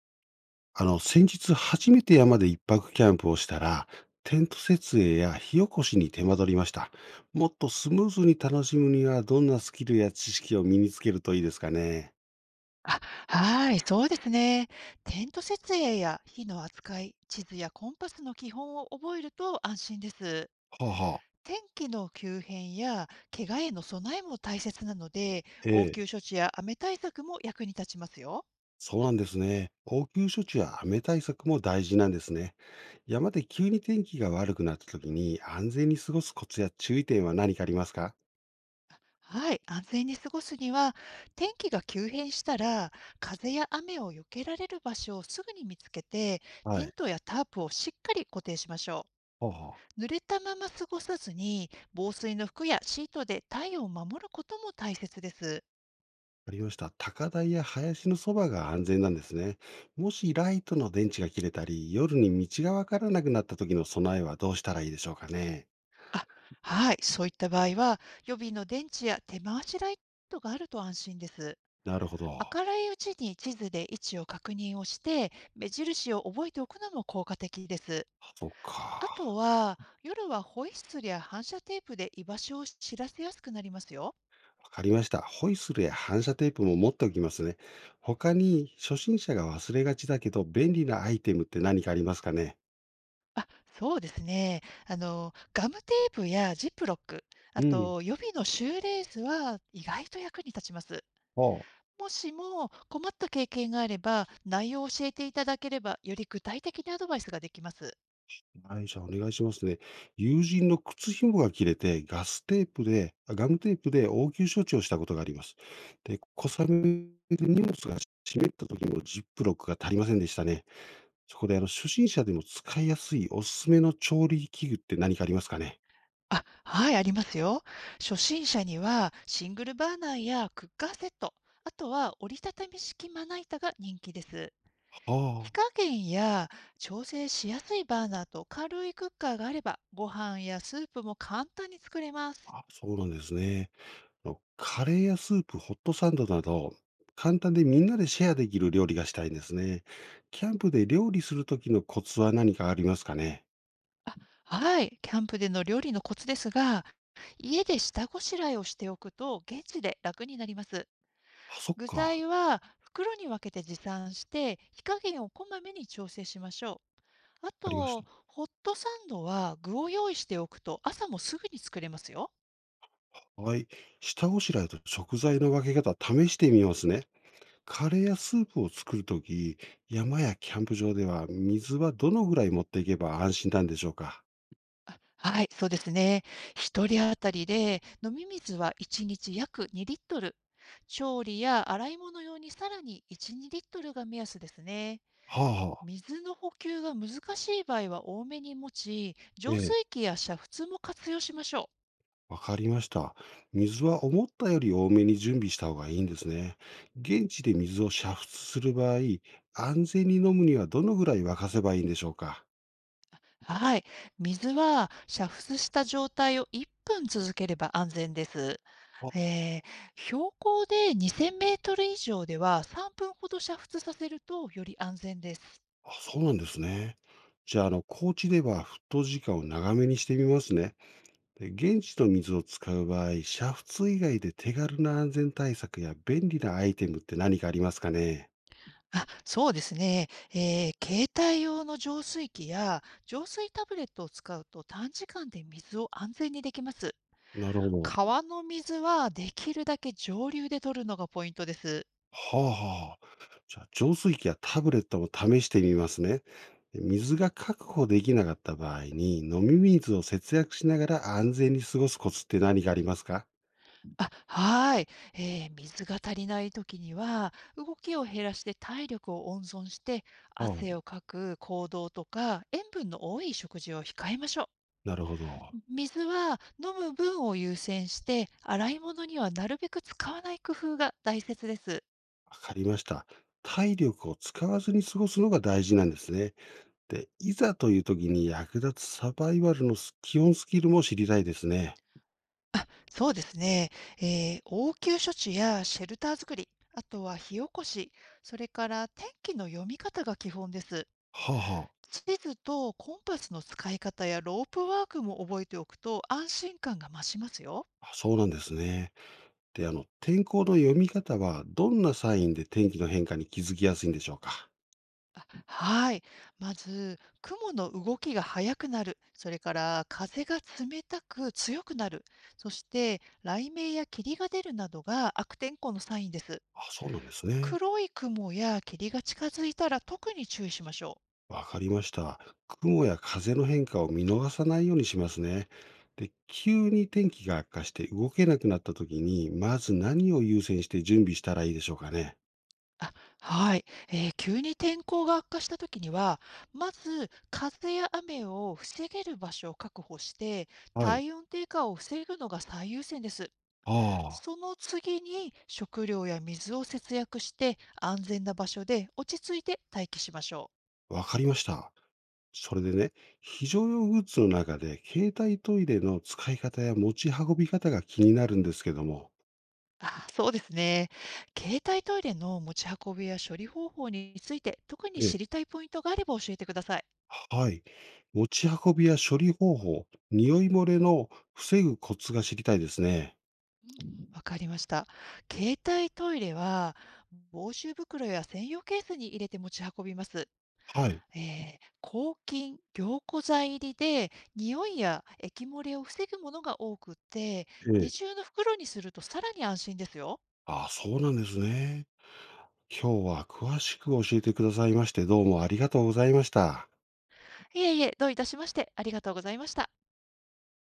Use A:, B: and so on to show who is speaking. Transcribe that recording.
A: 先日初めて山で一泊キャンプをしたら、テント設営や火起こしに手間取りました。もっとスムーズに楽しむには、どんなスキルや知識を身につけるといいですかね。
B: あ、はい、そうですね。テント設営や火の扱い、地図やコンパスの基本を覚えると安心です。
A: はあはあ、
B: 天気の急変や怪我への備えも大切なので、
A: え
B: 応
A: え、
B: 急処置や雨対策も役に立ちますよ。
A: そうなんですね。応急処置や雨対策も大事なんですね。山で急に天気が悪くなった時に安全に過ごすコツや注意点は何かありますか？
B: はい、安全に過ごすには、天気が急変したら、風や雨を避けられる場所をすぐに見つけて、
A: は
B: テ
A: い。
B: ントやタープをしっかり固定しましょ
A: はあはあ。
B: う。濡れたまま過ごさずに、防水の服やシートで体温を守ることも大切です。
A: わかりました。高台や林のそばが安全なんですね。もしライトの電池が切れたり、夜に道がわからなくなった時の備えはどうしたらいいでしょうかね。
B: あ、はい、そういった場合は、予備の電池や手回しライトがあると安心です。
A: なるほど。
B: 明るいうちに地図で位置を確認をして、目印を覚えておくのも効果的です。
A: あそっ
B: あと
A: か。
B: は、夜はホイッスルや反射テープで居場所を知らせやすくなりますよ。
A: わかりました。ホイッスルや反射テープも持っておきますね。他に初心者が忘れがちだけど便利なアイテムって何かありますかね。
B: あ、そうですね。ガムテープやジップロック、あ
A: うん。
B: と予備のシューレースは意外と役に立ちます。
A: ああ。
B: もしも困った経験があれば、内容を教えていただければ、より具体的なアドバイスができます。
A: はい、じゃあお願いしますね。友人の靴紐が切れて、ガムテープで応急処置をしたことがあります。で、小雨で荷物が湿った時もジップロックが足りませんでしたね。そこで初心者でも使いやすいおすすめの調理器具って何かありますかね？
B: あ、はい、ありますよ。初心者にはシングルバーナーやクッカーセット、あとは折りたたみ式まな板が人気です。火
A: は
B: 加減や調整しやすいバーナーと軽いクッカーがあれば、ご飯やスープも簡単に作れます。
A: あ、あ、そうなんですね。あのカレーやスープ、ホットサンドなど、簡単でみんなでシェアできる料理がしたいんですね。キャンプで料理する時のコツは何かありますかね？
B: あ、はい。キャンプでの料理のコツですが、家で下ごしらえをしておくと、現地で楽になります。
A: あ、そっ
B: 具
A: か。
B: 材は袋に分けて持参して、火加減をこまめに調整しましょう。あ
A: かりまし
B: と、
A: た。
B: ホットサンドは具を用意しておくと、朝もすぐに作れますよ。
A: はい。下ごしらえと食材の分け方、試してみますね。カレーやスープを作るとき、山やキャンプ場では水はどのぐらい持っていけば安心なんでしょうか？
B: はい、そうですね。一人当たりで飲み水は1日約2リットル。調理や洗い物用にさらに1、2リットルが目安ですね。
A: はあはあ。
B: 水の補給が難しい場合は多めに持ち、
A: え
B: 浄水
A: え、
B: 器や煮沸も活用しましょ
A: わかりました。水は思ったより多めに準備した方がいいんですね。現地で水を煮沸する場合、安全に飲むにはどのぐらい沸かせばいいんでしょうか？
B: う。はい。水は煮沸した状態を1分続ければ安全です。
A: あ、
B: えー標高で2000メートル以上では3分ほど煮沸させるとより安全です。
A: あそうなんですね。じゃあ、高知では沸騰時間を長めにしてみますね。で現地の水を使う場合、煮沸以外で手軽な安全対策や便利なアイテムって何かありますかね？
B: あ、そうですね。携帯用の浄水器や浄水タブレットを使うと短時間で水を安全にできます。
A: なるほど。
B: 川の水はできるだけ上流で取るのがポイントです。
A: はあはあ。じゃあ、浄水器やタブレットも試してみますね。で水が確保できなかった場合に、飲み水を節約しながら安全に過ごすコツって何がありますか？
B: あ、はい。水が足りない時には、動きを減らして体力を温存して、
A: ああ、
B: 汗をかく行動とか、塩分の多い食事を控えましょう。
A: なるほど。
B: 水は飲む分を優先して、洗い物にはなるべく使わない工夫が大切です。
A: わかりました。体力を使わずに過ごすのが大事なんですね。で、いざという時に役立つサバイバルの基本スキルも知りたいですね。
B: そうですね。応急処置やシェルター作り、あとは火起こし、それから天気の読み方が基本です。
A: はあは
B: 地図とコンパスの使い方やロープワークも覚えておくと安心感が増しますよ。
A: あ、あそうなんですね。で、天候の読み方はどんなサインで天気の変化に気づきやすいんでしょうか？
B: あ、はい。はい。まず、雲の動きが速くなる。それから、風が冷たく強くなる。そして、雷鳴や霧が出るなどが悪天候のサインです。
A: あ、そうなんですね。
B: 黒い雲や霧が近づいたら特に注意しましょう。
A: わかりました。雲や風の変化を見逃さないようにしますね。で、急に天気が悪化して動けなくなった時に、まず何を優先して準備したらいいでしょうかね。
B: あ、はい。急に天候が悪化したときには、まず風や雨を防げる場所を確保して、
A: はい。
B: 体温低下を防ぐのが最優先です。
A: あ
B: その次に食料や水を節約して、安全な場所で落ち着いて待機しましょう。
A: あ、わかりました。それでね、非常用グッズの中で、携帯トイレの使い方や持ち運び方が気になるんですけども、
B: あ、そうですね。携帯トイレの持ち運びや処理方法について、特に
A: え、
B: 知りたいポイントがあれば教えてください。
A: はい。持ち運びや処理方法、匂い漏れの防ぐコツが知りたいですね。
B: うんうん。わかりました。携帯トイレは、防臭袋や専用ケースに入れて持ち運びます。
A: はい。
B: え抗菌、凝固剤入りで、匂いや液漏れを防ぐものが多くて、
A: え
B: 二
A: え。
B: 重の袋にするとさらに安心ですよ。
A: あ、そうなんですね。今日は詳しく教えてくださいまして、どうもありがとうございました。
B: いえいえ、どういたしまして、ありがとうございました。